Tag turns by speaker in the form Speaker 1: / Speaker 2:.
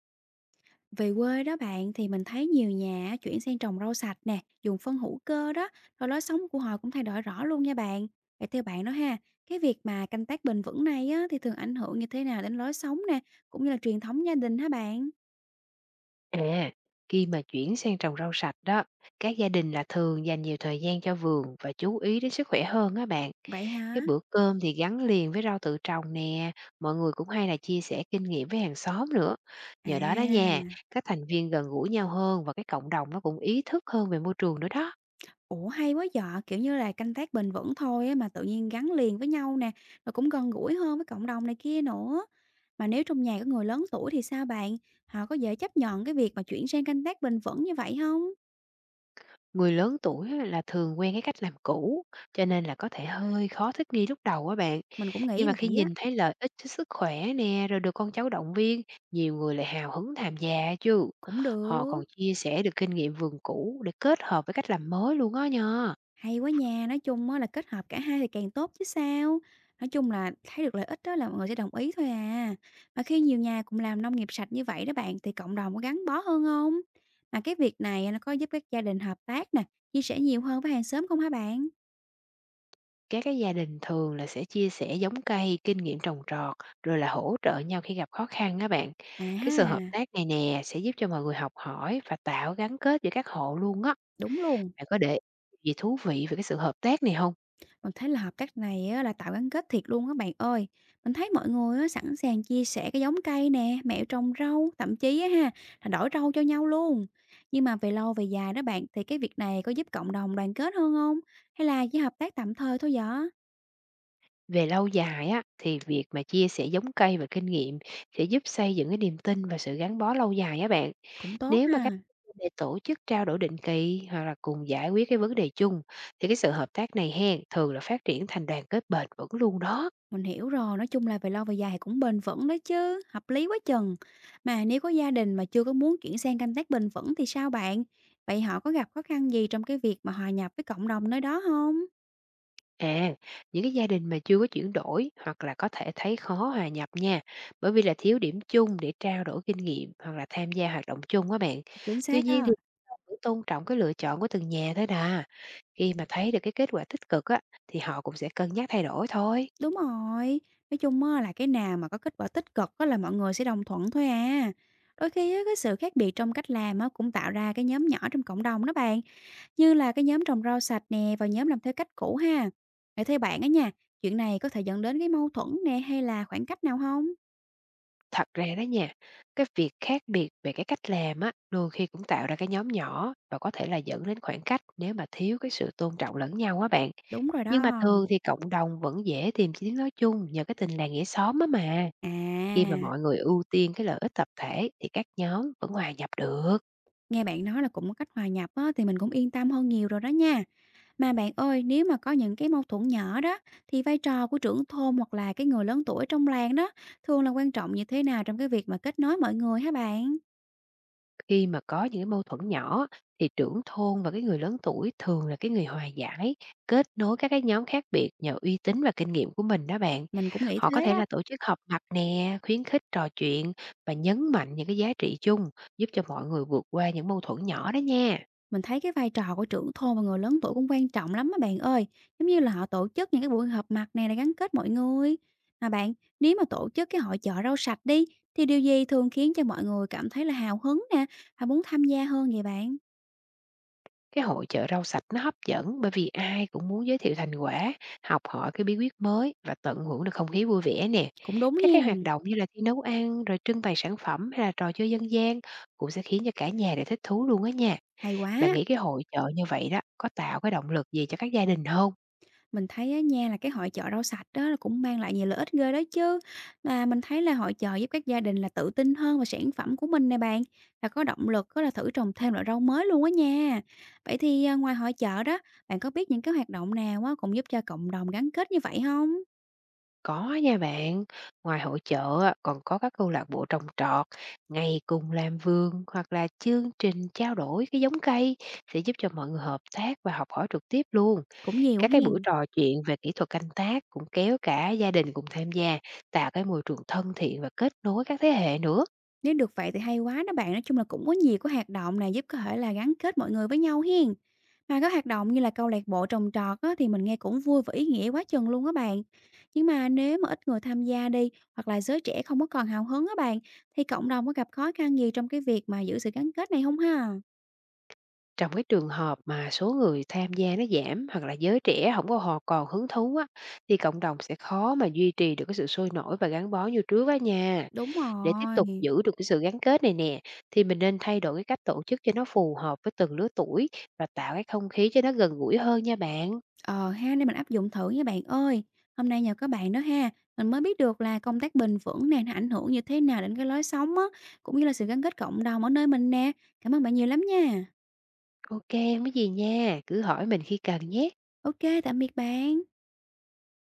Speaker 1: Về quê đó bạn thì mình thấy nhiều nhà chuyển sang trồng rau sạch nè, dùng phân hữu cơ đó, rồi lối sống của họ cũng thay đổi rõ luôn nha bạn. Vậy theo bạn đó ha, cái việc mà canh tác bền vững này á, thì thường ảnh hưởng như thế nào đến lối sống nè, cũng như là truyền thống gia đình hả bạn?
Speaker 2: À, khi mà chuyển sang trồng rau sạch đó, các gia đình là thường dành nhiều thời gian cho vườn và chú ý đến sức khỏe hơn á bạn.
Speaker 1: Vậy hả?
Speaker 2: Cái bữa cơm thì gắn liền với rau tự trồng nè, mọi người cũng hay là chia sẻ kinh nghiệm với hàng xóm nữa. Nhờ đó đó
Speaker 1: À,
Speaker 2: nha, các thành viên gần gũi nhau hơn và cái cộng đồng nó cũng ý thức hơn về môi trường nữa đó.
Speaker 1: ủa hay quá vợ, kiểu như là canh tác bền vững thôi á, mà tự nhiên gắn liền với nhau nè, rồi cũng gần gũi hơn với cộng đồng này kia nữa. Mà nếu trong nhà có người lớn tuổi thì sao bạn? Họ có dễ chấp nhận cái việc mà chuyển sang canh tác bền vững như vậy không?
Speaker 2: Người lớn tuổi á, là thường quen cái cách làm cũ, cho nên là có thể hơi khó thích nghi lúc đầu á bạn.
Speaker 1: Mình cũng
Speaker 2: Nhưng
Speaker 1: nghĩ
Speaker 2: mà khi
Speaker 1: vậy á,
Speaker 2: nhìn thấy lợi ích cho sức khỏe nè, rồi được con cháu động viên, nhiều người lại hào hứng tham gia chứ.
Speaker 1: cũng
Speaker 2: Họ
Speaker 1: được,
Speaker 2: còn chia sẻ được kinh nghiệm vườn cũ để kết hợp với cách làm mới luôn á nha.
Speaker 1: hay quá nha, nói chung á là kết hợp cả hai thì càng tốt chứ sao. Nói chung là thấy được lợi ích đó là mọi người sẽ đồng ý thôi à. Mà khi nhiều nhà cùng làm nông nghiệp sạch như vậy đó bạn thì cộng đồng có gắn bó hơn không? Mà cái việc này nó có giúp các gia đình hợp tác nè, chia sẻ nhiều hơn với hàng xóm không hả bạn?
Speaker 2: Các cái gia đình thường là sẽ chia sẻ giống cây, kinh nghiệm trồng trọt, rồi là hỗ trợ nhau khi gặp khó khăn á bạn.
Speaker 1: À
Speaker 2: Cái
Speaker 1: ha,
Speaker 2: sự hợp tác này nè sẽ giúp cho mọi người học hỏi và tạo gắn kết giữa các hộ luôn á.
Speaker 1: đúng luôn.
Speaker 2: Bạn có để gì thú vị về cái sự hợp tác này không?
Speaker 1: Mình thấy là hợp tác này á, là tạo gắn kết thiệt luôn các bạn ơi. Mình thấy mọi người á, sẵn sàng chia sẻ cái giống cây nè, mẹo trồng rau, thậm chí á, ha là đổi rau cho nhau luôn. Nhưng mà về lâu về dài đó bạn thì cái việc này có giúp cộng đồng đoàn kết hơn không? Hay là chỉ hợp tác tạm thời thôi vậy?
Speaker 2: Về lâu dài á, thì việc mà chia sẻ giống cây và kinh nghiệm sẽ giúp xây dựng cái niềm tin và sự gắn bó lâu dài á bạn.
Speaker 1: Cũng tốt
Speaker 2: Nếu mà các
Speaker 1: ha.
Speaker 2: để tổ chức trao đổi định kỳ hoặc là cùng giải quyết cái vấn đề chung, thì cái sự hợp tác này hen, thường là phát triển thành đoàn kết bền vững luôn đó.
Speaker 1: Mình hiểu rồi, nói chung là về lâu về dài thì cũng bền vững đấy chứ, hợp lý quá chừng. Mà nếu có gia đình mà chưa có muốn chuyển sang canh tác bền vững thì sao bạn? Vậy họ có gặp khó khăn gì trong cái việc mà hòa nhập với cộng đồng nơi đó không?
Speaker 2: À, những cái gia đình mà chưa có chuyển đổi hoặc là có thể thấy khó hòa nhập nha, bởi vì là thiếu điểm chung để trao đổi kinh nghiệm hoặc là tham gia hoạt động chung á bạn.
Speaker 1: Chính
Speaker 2: Tuy
Speaker 1: xác
Speaker 2: nhiên thì
Speaker 1: á.
Speaker 2: vẫn tôn trọng cái lựa chọn của từng nhà thôi nè. Khi mà thấy được cái kết quả tích cực á, thì họ cũng sẽ cân nhắc thay đổi thôi.
Speaker 1: Đúng rồi, nói chung á là cái nào mà có kết quả tích cực á là mọi người sẽ đồng thuận thôi à. Đôi khi á, cái sự khác biệt trong cách làm á cũng tạo ra cái nhóm nhỏ trong cộng đồng đó bạn. Như là cái nhóm trồng rau sạch nè và nhóm làm theo cách cũ ha. Để theo bạn á nha, chuyện này có thể dẫn đến cái mâu thuẫn nè hay là khoảng cách nào không?
Speaker 2: Thật ra đó nha, cái việc khác biệt về cái cách làm á, đôi khi cũng tạo ra cái nhóm nhỏ và có thể là dẫn đến khoảng cách nếu mà thiếu cái sự tôn trọng lẫn nhau á bạn.
Speaker 1: Đúng rồi
Speaker 2: Nhưng mà
Speaker 1: đó.
Speaker 2: thường thì cộng đồng vẫn dễ tìm tiếng nói chung nhờ cái tình làng nghĩa xóm á mà.
Speaker 1: À,
Speaker 2: Khi mà mọi người ưu tiên cái lợi ích tập thể thì các nhóm vẫn hòa nhập được.
Speaker 1: nghe bạn nói là cũng có cách hòa nhập á thì mình cũng yên tâm hơn nhiều rồi đó nha. Mà bạn ơi, nếu mà có những cái mâu thuẫn nhỏ đó, thì vai trò của trưởng thôn hoặc là cái người lớn tuổi trong làng đó, thường là quan trọng như thế nào trong cái việc mà kết nối mọi người hả bạn?
Speaker 2: Khi mà có những cái mâu thuẫn nhỏ thì trưởng thôn và cái người lớn tuổi thường là cái người hòa giải, kết nối các cái nhóm khác biệt nhờ uy tín và kinh nghiệm của mình đó bạn.
Speaker 1: Mình cũng nghĩ
Speaker 2: Họ
Speaker 1: thế
Speaker 2: có thể
Speaker 1: đó.
Speaker 2: là tổ chức họp mặt nè, khuyến khích trò chuyện và nhấn mạnh những cái giá trị chung giúp cho mọi người vượt qua những mâu thuẫn nhỏ đó nha.
Speaker 1: Mình thấy cái vai trò của trưởng thôn và người lớn tuổi cũng quan trọng lắm á bạn ơi. Giống như là họ tổ chức những cái buổi họp mặt này để gắn kết mọi người. Mà bạn, nếu mà tổ chức cái hội chợ rau sạch đi, thì điều gì thường khiến cho mọi người cảm thấy là hào hứng nè, và muốn tham gia hơn vậy bạn?
Speaker 2: Cái hội chợ rau sạch nó hấp dẫn bởi vì ai cũng muốn giới thiệu thành quả, học hỏi cái bí quyết mới và tận hưởng được không khí vui vẻ nè.
Speaker 1: Cũng đúng
Speaker 2: Các cái hoạt
Speaker 1: hiền.
Speaker 2: động như là thi nấu ăn, rồi trưng bày sản phẩm hay là trò chơi dân gian cũng sẽ khiến cho cả nhà đều thích thú luôn á nha.
Speaker 1: Hay
Speaker 2: Bạn
Speaker 1: quá.
Speaker 2: nghĩ cái hội chợ như vậy đó có tạo cái động lực gì cho các gia đình không?
Speaker 1: Mình thấy á nha là cái hội chợ rau sạch đó là cũng mang lại nhiều lợi ích ghê đó chứ. Và mình thấy là hội chợ giúp các gia đình là tự tin hơn về sản phẩm của mình nè bạn, và có động lực có là thử trồng thêm loại rau mới luôn á nha. Vậy thì, à, ngoài hội chợ đó, bạn có biết những cái hoạt động nào á cũng giúp cho cộng đồng gắn kết như vậy không?
Speaker 2: Có nha bạn, ngoài hội chợ á, còn có các câu lạc bộ trồng trọt, ngày cùng làm vườn hoặc là chương trình trao đổi cái giống cây sẽ giúp cho mọi người hợp tác và học hỏi trực tiếp luôn.
Speaker 1: Cũng nhiều
Speaker 2: Các cái buổi
Speaker 1: hiền.
Speaker 2: trò chuyện về kỹ thuật canh tác cũng kéo cả gia đình cùng tham gia, tạo cái môi trường thân thiện và kết nối các thế hệ nữa.
Speaker 1: Nếu được vậy thì hay quá đó bạn, nói chung là cũng có nhiều cái hoạt động này giúp có thể là gắn kết mọi người với nhau hiền. Mà các hoạt động như là câu lạc bộ trồng trọt á, thì mình nghe cũng vui và ý nghĩa quá chừng luôn á bạn. Nhưng mà nếu mà ít người tham gia đi hoặc là giới trẻ không có còn hào hứng á bạn thì cộng đồng có gặp khó khăn gì trong cái việc mà giữ sự gắn kết này không ha?
Speaker 2: Trong cái trường hợp mà số người tham gia nó giảm hoặc là giới trẻ không có họ còn hứng thú á, thì cộng đồng sẽ khó mà duy trì được cái sự sôi nổi và gắn bó như trước á nha.
Speaker 1: Đúng
Speaker 2: Để tiếp tục
Speaker 1: rồi.
Speaker 2: giữ được cái sự gắn kết này nè, thì mình nên thay đổi cái cách tổ chức cho nó phù hợp với từng lứa tuổi và tạo cái không khí cho nó gần gũi hơn nha bạn.
Speaker 1: Ờ ha, để mình áp dụng thử nha bạn ơi. Hôm nay nhờ các bạn đó ha, mình mới biết được là công tác bền vững nè nó ảnh hưởng như thế nào đến cái lối sống á cũng như là sự gắn kết cộng đồng ở nơi mình nè. Cảm ơn bạn nhiều lắm nha.
Speaker 2: Ok, không có gì nha, cứ hỏi mình khi cần nhé.
Speaker 1: Ok, tạm biệt bạn.